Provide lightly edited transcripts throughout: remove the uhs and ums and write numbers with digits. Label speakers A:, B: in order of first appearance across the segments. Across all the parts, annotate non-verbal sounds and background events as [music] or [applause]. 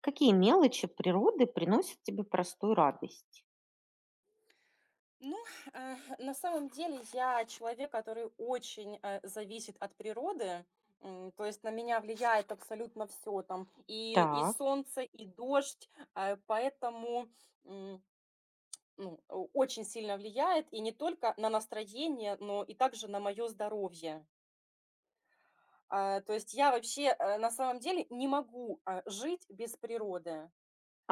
A: Какие мелочи природы приносят тебе простую радость?
B: Ну, на самом деле я человек, который очень, зависит от природы. То есть на меня влияет абсолютно все там: и
A: Так,
B: солнце, и дождь. Поэтому, м, ну, о очень сильно влияет и не только на настроение, но и также на мое здоровье. То есть я вообще, на самом деле не могу, жить без природы.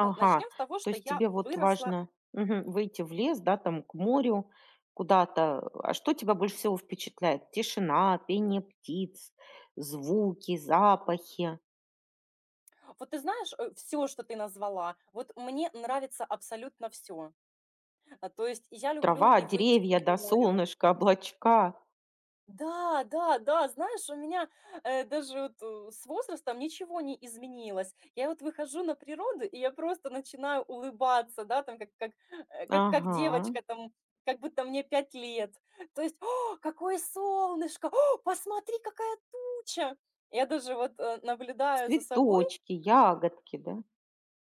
B: Ну, начнём с того,
A: То
B: что
A: есть
B: я
A: тебе вот
B: выросла.
A: важно, выйти в лес, да, там к морю, куда-то. А что тебя больше всего впечатляет? Тишина, пение птиц, звуки, запахи,
B: Вот ты знаешь, все, что ты назвала, вот мне нравится абсолютно все. То есть я люблю
A: трава,
B: и выйти к
A: деревья, да,
B: морю.
A: солнышко, облачка.
B: Да, да, да, знаешь, у меня, даже вот, с возрастом ничего не изменилось. Я вот выхожу на природу, и я просто начинаю улыбаться, да, там, как, как
A: Ага.
B: девочка, там, как будто мне 5 лет. То есть: "О, какое солнышко! О, посмотри, какая туча!" Я даже вот, наблюдаю за собой.
A: Цветочки, ягодки, да.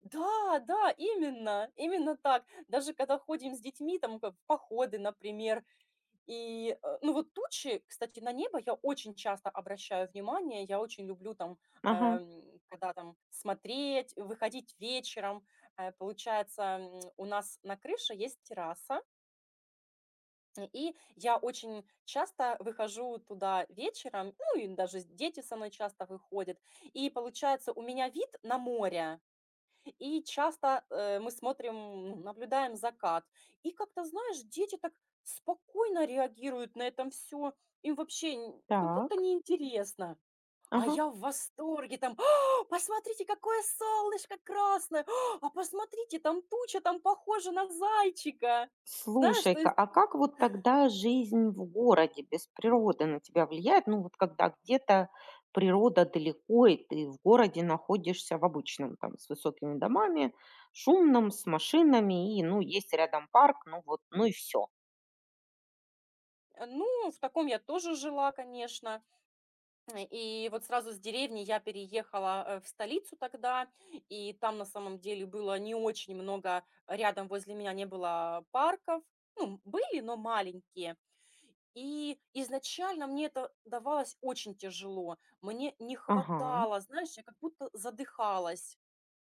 B: Да, да, именно, именно так. Даже когда ходим с детьми, там, как в походы, например, и, ну, вот тучи, кстати, на небо я очень часто обращаю внимание, я очень люблю там,
A: Ага.
B: когда там смотреть, выходить вечером. Получается, у нас на крыше есть терраса, и я очень часто выхожу туда вечером, ну, и даже дети со мной часто выходят, и получается, у меня вид на море, и часто, мы смотрим, ну, наблюдаем закат. И как-то, знаешь, дети так спокойно реагируют на этом все. Им вообще н как будто
A: Так.
B: неинтересно. А
A: Ага.
B: я в восторге там: "А, посмотрите, какое солнышко красное! А, посмотрите, там туча, там похожа на зайчика". Знаешь, то
A: Слушай-ка,
B: есть,
A: а как вот тогда жизнь в городе без природы на тебя влияет? Ну вот когда где-то природа далеко, и ты в городе находишься в обычном, там, с высокими домами, шумном, с машинами, и, ну, есть рядом парк, ну вот, ну и все.
B: ну, в таком я тоже жила, конечно. И вот сразу с деревни я переехала в столицу тогда, и там на самом деле было не очень много, рядом возле меня не было парков, ну, были, но маленькие. И изначально мне это давалось очень тяжело, мне не
A: Ага.
B: хватало, знаешь, я как будто задыхалась.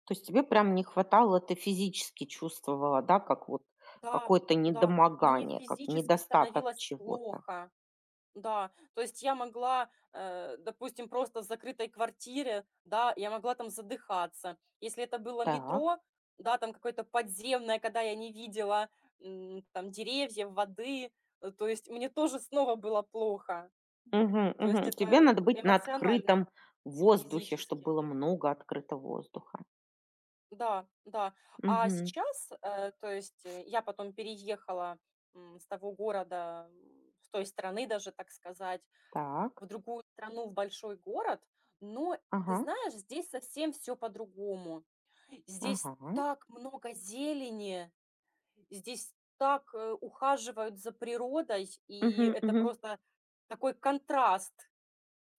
A: То есть тебе прям не хватало, ты физически чувствовала, да, как вот
B: Да,
A: какое-то
B: да, мне
A: недомогание, как
B: физически
A: недостаток
B: становилось
A: чего-то.
B: плохо. Да, то есть я могла, допустим, просто в закрытой квартире, да, я могла там задыхаться. Если это было
A: Так.
B: метро, да, там какое-то подземное, когда я не видела там деревьев, воды, то есть мне тоже снова было плохо.
A: Мгм,
B: То есть
A: мгм. Тебе
B: это
A: надо быть на
B: эмоционально
A: открытом
B: и
A: воздухе, чтобы
B: физически.
A: было много открытого воздуха.
B: Да, да. А
A: Мгм.
B: сейчас, то есть, я потом переехала с того города, с той страны даже, так сказать,
A: Так.
B: в другую страну, в большой город, но ты
A: Ага,
B: знаешь, здесь совсем все по-другому. Здесь
A: ага.
B: так много зелени, здесь так, ухаживают за природой, и
A: Мгм,
B: это
A: мгм.
B: просто такой контраст,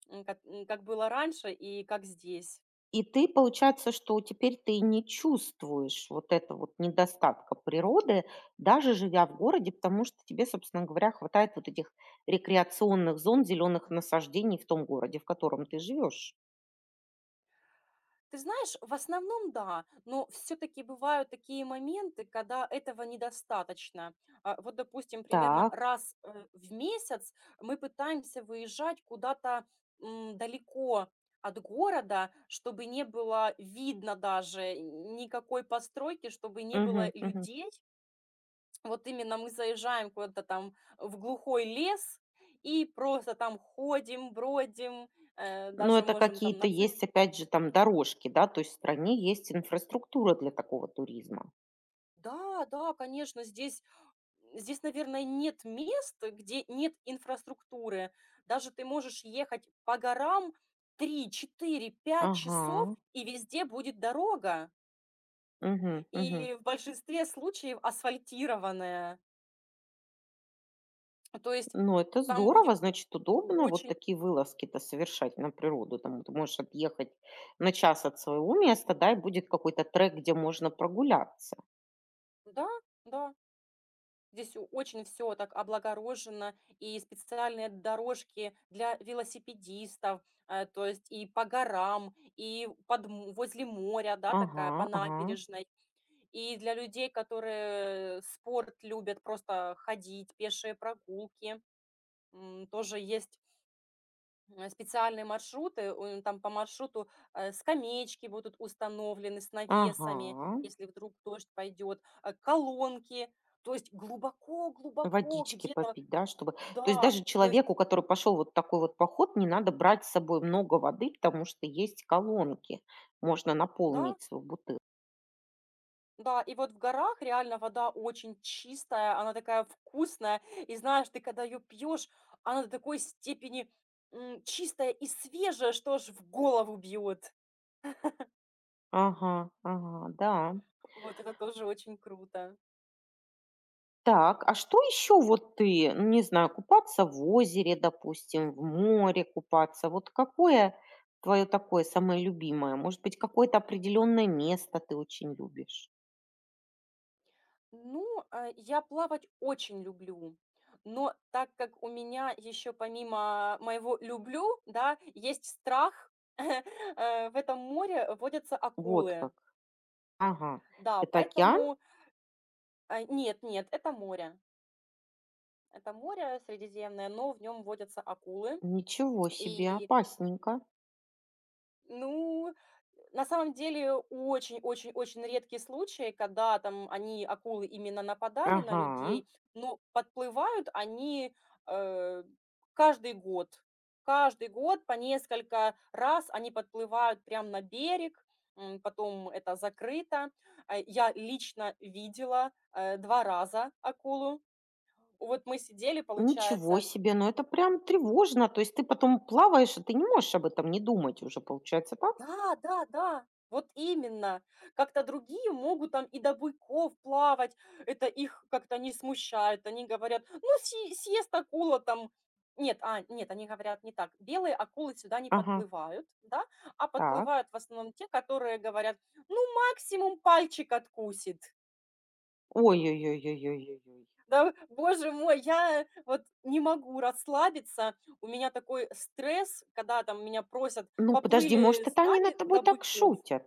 B: как было раньше и как здесь.
A: И ты, получается, что теперь ты не чувствуешь вот это вот недостатка природы, даже живя в городе, потому что тебе, собственно говоря, хватает вот этих рекреационных зон, зеленых насаждений в том городе, в котором ты живешь.
B: Ты знаешь, в основном да, но все-таки бывают такие моменты, когда этого недостаточно. Вот, допустим, примерно
A: Так.
B: раз в месяц мы пытаемся выезжать куда-то далеко от города, чтобы не было видно даже никакой постройки, чтобы не было
A: Мгм, мгм.
B: людей. Вот именно мы заезжаем куда-то там в глухой лес и просто там ходим, бродим,
A: Но
B: даже
A: это
B: можем там
A: какие-то
B: на
A: есть,
B: целый.
A: опять же, там дорожки, да, то есть в стране есть инфраструктура для такого туризма.
B: Да, да, конечно, здесь. Здесь, наверное, нет мест, где нет инфраструктуры. Даже ты можешь ехать по горам 3, 4, пять часов,
A: Ага.
B: и везде будет дорога.
A: Мгм, мгм.
B: И в большинстве случаев асфальтированная. То есть
A: Ну, это
B: там
A: здорово,
B: будет
A: значит, удобно вот
B: очень.
A: такие вылазки-то совершать на природу. Там ты можешь отъехать на час от своего места, да, и будет какой-то трек, где можно прогуляться.
B: Да, да. Здесь о очень все так облагорожено, и специальные дорожки для велосипедистов, то есть и по горам, и под возле моря, да,
A: Ага,
B: такая по
A: ага,
B: набережной. И для людей, которые спорт любят, просто ходить, пешие прогулки, тоже есть, специальные маршруты. Он там по маршруту, скамеечки будут установлены с навесами,
A: ага.
B: если вдруг дождь пойдет, колонки. То есть глубоко-глубоко
A: Водички
B: где-то,
A: попить, да, чтобы то есть
B: да,
A: даже
B: то есть,
A: человеку, который пошел вот такой вот поход, не надо брать с собой много воды, потому что есть колонки, можно
B: да.
A: наполнить свою бутылку.
B: Да, и вот в горах реально вода очень чистая, она такая вкусная. И знаешь, ты когда ее пьешь, она до такой степени чистая и свежая, что аж в голову бьет.
A: Ага, ага, да.
B: Вот это тоже очень круто.
A: Так, а что еще вот ты, ну, не знаю, купаться в озере, допустим, в море купаться, вот какое твое такое самое любимое? Может быть, какое-то определенное место ты очень любишь?
B: Ну, я плавать очень люблю. Но так как у меня еще помимо моего люблю, да, есть страх, [laughs] в этом море водятся
A: Вот
B: акулы.
A: как. Ага.
B: Да,
A: Это океан?
B: поэтому. Нет, нет, это море. Это море Средиземное, но в нем водятся акулы.
A: Ничего себе,
B: И,
A: опасненько.
B: ну, на самом деле очень-очень-очень редкие случаи, когда там они, акулы, именно нападали на
A: Ага.
B: людей, но подплывают они э, каждый год. Каждый год по несколько раз они подплывают прямо на берег, потом это закрыто. Я лично видела 2 раза акулу. Вот мы сидели,
A: Ничего
B: получается.
A: себе, ну это прям тревожно. То есть ты потом плаваешь, и ты не можешь об этом не думать уже, получается, так?
B: Да, да, да, вот именно. Как-то другие могут там и до буйков плавать, это их как-то не смущает. Они говорят: "Ну, се съест акула там". Нет, нет, они говорят не так. Белые акулы сюда не
A: Ага,
B: подплывают, да, а
A: так.
B: подплывают в основном те, которые говорят: "Ну, максимум пальчик откусит".
A: Ой-ой-ой-ой-ой-ой.
B: Да, боже мой, я вот не могу расслабиться. У меня такой стресс, когда там меня просят:
A: Ну, подожди,
B: "Поплыли
A: может,
B: с
A: это они над
B: нами
A: тобой
B: до
A: так
B: буйков".
A: шутят?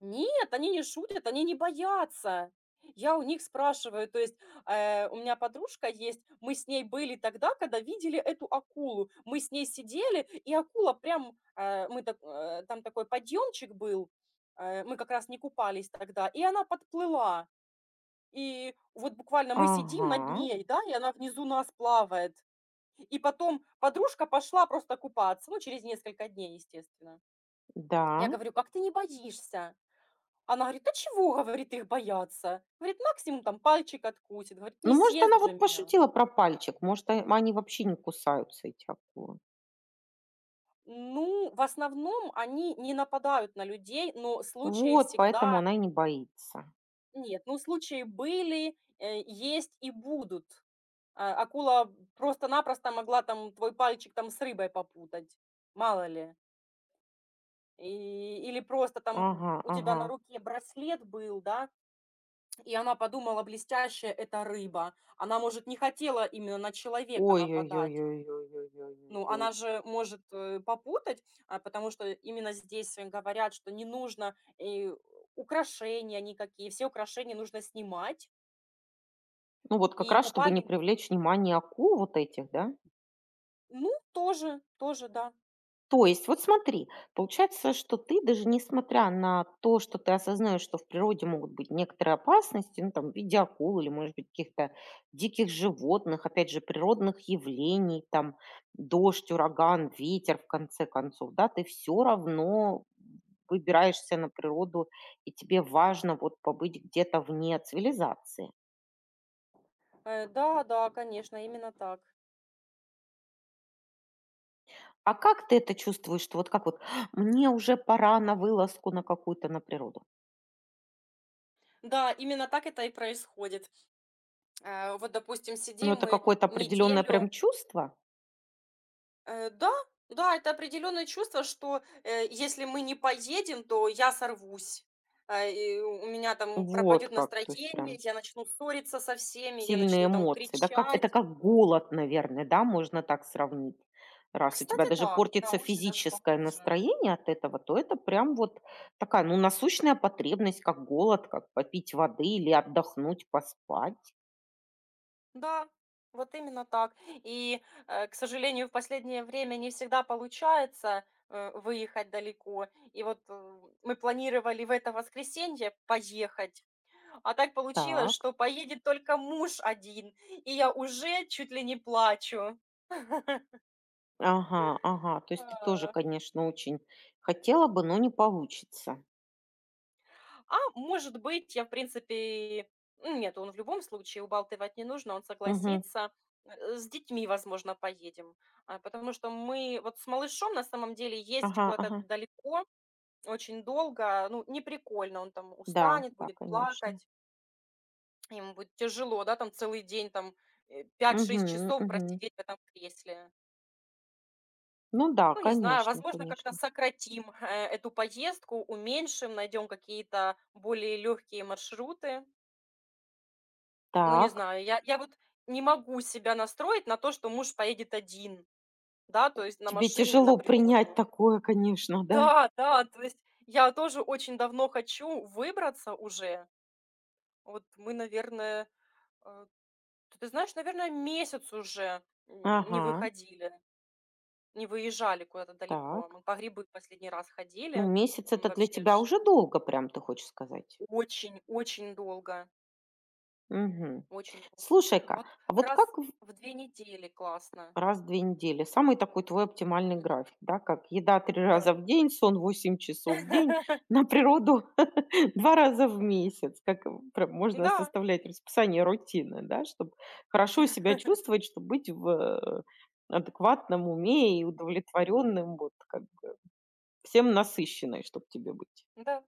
B: Нет, они не шутят, они не боятся. Я у них спрашиваю, то есть, у меня подружка есть, мы с ней были тогда, когда видели эту акулу. Мы с ней сидели, и акула прям, мы так, там такой подъемчик был, мы как раз не купались тогда, и она подплыла. И вот буквально мы сидим
A: Ага,
B: над ней, да, и она внизу нас плавает. И потом подружка пошла просто купаться, ну, через несколько дней, естественно. Я
A: да.
B: говорю: "Как ты не боишься?" Она говорит: "Да чего,- говорит,- их бояться? Говорит, максимум там пальчик откусит, говорит,
A: Ну,
B: не
A: может, она
B: съест же
A: вот
B: меня".
A: пошутила про пальчик, может, они вообще не кусаются, эти акулы.
B: Ну, в основном они не нападают на людей, но случаи
A: Вот, поэтому
B: всегда.
A: она и не боится.
B: Нет, ну, случаи были, есть и будут. Акула просто-напросто могла там твой пальчик там с рыбой попутать, мало ли. И или просто там
A: Ага,
B: у тебя
A: ага.
B: на руке браслет был, да, и она подумала: "Блестящая- это рыба". Она, может, не хотела именно на человека нападать. Ну,
A: Ой-ой-ой-ой-ой-ой-ой-ой.
B: она же может, попутать, потому что именно здесь говорят, что не нужно и украшения никакие, все украшения нужно снимать.
A: Ну, вот как
B: И
A: раз, чтобы не
B: купальник.
A: привлечь внимание акул вот этих, да?
B: Ну, тоже, тоже, да.
A: То есть, вот смотри, получается, что ты даже несмотря на то, что ты осознаешь, что в природе могут быть некоторые опасности, ну, там, в виде акул или, может быть, каких-то диких животных, опять же, природных явлений, там, дождь, ураган, ветер, в конце концов, да, ты все равно выбираешься на природу, и тебе важно вот побыть где-то вне цивилизации.
B: Да, да, конечно, именно так.
A: А как ты это чувствуешь, что вот как вот: «А, мне уже пора на вылазку на какую-то, на природу»?
B: Да, именно так это и происходит. Вот, допустим,
A: Ну,
B: сидим
A: это
B: мы
A: какое-то определенное
B: неделю.
A: прям чувство?
B: Да, да, это определенное чувство, что, если мы не поедем, то я сорвусь. И у меня там
A: Вот
B: пропадет
A: как, то есть
B: настроение,
A: прям
B: я начну ссориться со всеми, я
A: сильные
B: начну там
A: эмоции, да? Как это,
B: кричать.
A: как голод, наверное, да, можно так сравнить. Раз у тебя
B: Кстати,
A: даже
B: да, да,
A: портится
B: очень даже
A: физическое
B: похоже.
A: настроение от этого, то это прям вот такая, ну, насущная потребность, как голод, как попить воды или отдохнуть, поспать.
B: Да, вот именно так. И, к сожалению, в последнее время не всегда получается выехать далеко. И вот, мы планировали в это воскресенье поехать. А так получилось,
A: Так.
B: что поедет только муж один, и я уже чуть ли не плачу.
A: Ага, ага. То есть ты тоже,
B: А,
A: конечно, очень хотела бы, но не получится.
B: может быть, я, в принципе, нет, он в любом случае убалтывать не нужно, он
A: Мгм.
B: согласится. С детьми, возможно, поедем, потому что мы вот с малышом на самом деле ездить
A: Ага,
B: куда-то
A: ага.
B: далеко, очень долго, ну, не прикольно, он там
A: Да,
B: устанет,
A: да,
B: будет
A: конечно.
B: плакать, ему будет тяжело, да, там целый день, там 5-6 часов
A: Мгм.
B: просидеть в этом кресле.
A: Ну да,
B: Ну, не знаю,
A: конечно,
B: возможно, как-то
A: конечно.
B: сократим эту поездку, уменьшим, найдем какие-то более легкие маршруты. Ну, не
A: Так,
B: знаю, я вот не могу себя настроить на то, что муж поедет один, да, то есть на
A: тебе
B: машине на
A: тяжело принять
B: природу.
A: такое, конечно, да?
B: Да, да, то есть я тоже очень давно хочу выбраться уже. Вот мы, наверное, э, т ты знаешь, наверное, месяц уже н не
A: Ага,
B: выходили, не выезжали куда-то
A: так.
B: далеко. Мы по грибы последний раз
A: Ну,
B: ходили.
A: месяц —
B: М,
A: это для
B: вообще
A: тебя
B: ж
A: уже долго, прям ты хочешь сказать.
B: Очень, очень долго,
A: Мгм.
B: очень долго.
A: Слушай-ка,
B: Вот
A: а вот
B: раз
A: как.
B: в 2 недели классно.
A: Раз в 2 недели. Самый такой твой
B: Мгм,
A: оптимальный
B: мгм.
A: график, да? Как еда три
B: Да.
A: раза в день, сон 8 часов в день,
B: [laughs]
A: на природу [laughs] 2 раза в месяц. Как в прям можно
B: Да.
A: составлять расписание рутины, да, чтобы хорошо себя
B: [laughs]
A: чувствовать, чтобы быть в, адекватном уме и удовлетворенным, вот как бы всем насыщенной, чтобы тебе быть.
B: Да.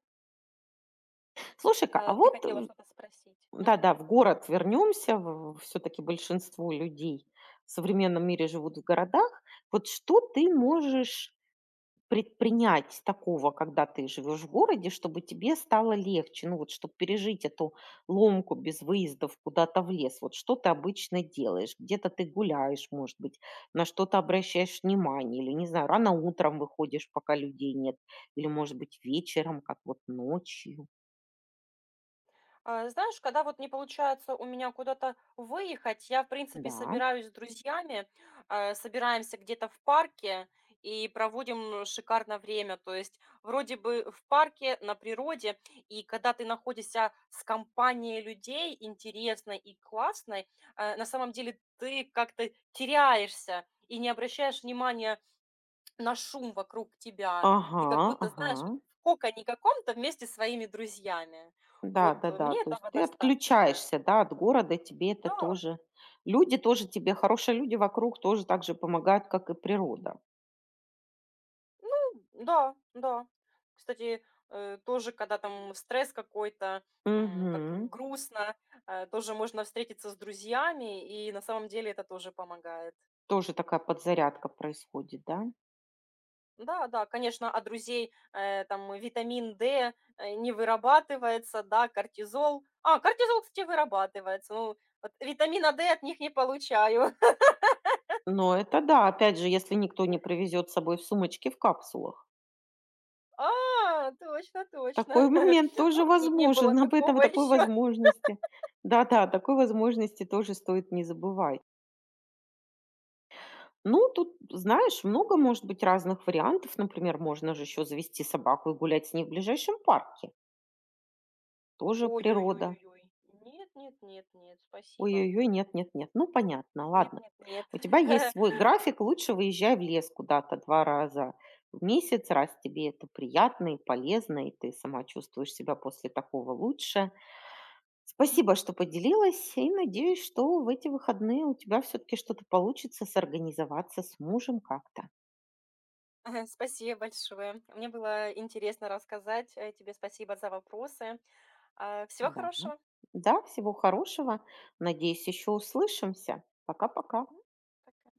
A: Слушай-ка, а
B: Ты
A: вот,
B: хотела что-то спросить? Мгм.
A: да-да, в город вернемся. Все-таки большинство людей в современном мире живут в городах. Вот что ты можешь предпринять такого, когда ты живешь в городе, чтобы тебе стало легче? Ну вот, чтобы пережить эту ломку без выездов куда-то в лес. Вот что ты обычно делаешь? Где-то ты гуляешь, может быть, на что-то обращаешь внимание, или, не знаю, рано утром выходишь, пока людей нет, или, может быть, вечером, как вот ночью.
B: Знаешь, когда вот не получается у меня куда-то выехать, я, в принципе,
A: Да.
B: собираюсь с друзьями, собираемся где-то в парке и проводим шикарно время. То есть вроде бы в парке, на природе, и когда ты находишься с компанией людей интересной и классной, на самом деле ты как-то теряешься и не обращаешь внимания на шум вокруг тебя. Ты
A: Ага,
B: как будто,
A: ага.
B: знаешь, вот в коконе каком-то вместе с своими друзьями. Вот,
A: Да-да-да.
B: мне
A: То есть
B: этого
A: ты
B: достаточно.
A: отключаешься, да, от города, тебе это
B: Да,
A: тоже, люди тоже тебе, хорошие люди вокруг тоже так же помогают, как и природа.
B: ну, да, да. Кстати, тоже, когда там стресс какой-то, как
A: Мгм.
B: грустно, тоже можно встретиться с друзьями, и на самом деле это тоже помогает.
A: Тоже такая подзарядка происходит, да?
B: Да, да, конечно, а друзей, там витамин D, не вырабатывается, да, кортизол. Кортизол, кстати, вырабатывается. Ну, вот витамина D от них не получаю. [laughs]
A: Но это да, опять же, если никто не привезет с собой в сумочке в капсулах.
B: Точно, точно.
A: Такой [laughs] момент
B: [laughs]
A: тоже
B: Ну, не было
A: возможен. Об этом,
B: такого
A: такой
B: еще.
A: возможности. Да-да, такой возможности тоже стоит не забывать. Ну, тут, знаешь, много может быть разных вариантов. Например, можно же еще завести собаку и гулять с ней в ближайшем парке. Тоже природа.
B: Ой-ой-ой-ой-ой. Нет, нет, нет, нет, спасибо.
A: Ой-ой-ой, нет, нет, нет. Ну, понятно,
B: Нет,
A: ладно.
B: нет, нет.
A: У тебя есть свой
B: [laughs]
A: график, лучше выезжай в лес куда-то 2 раза в месяц, раз тебе это приятно и полезно, и ты сама чувствуешь себя после такого лучше. Спасибо,
B: Мгм.
A: что поделилась, и надеюсь, что в эти выходные у тебя все-таки что-то получится сорганизоваться с мужем как-то.
B: [laughs] Спасибо большое. Мне было интересно рассказать. Тебе спасибо за вопросы. Всего
A: Да.
B: хорошего.
A: Да, всего хорошего. Надеюсь, еще услышимся. Пока-пока.
B: М, Пока.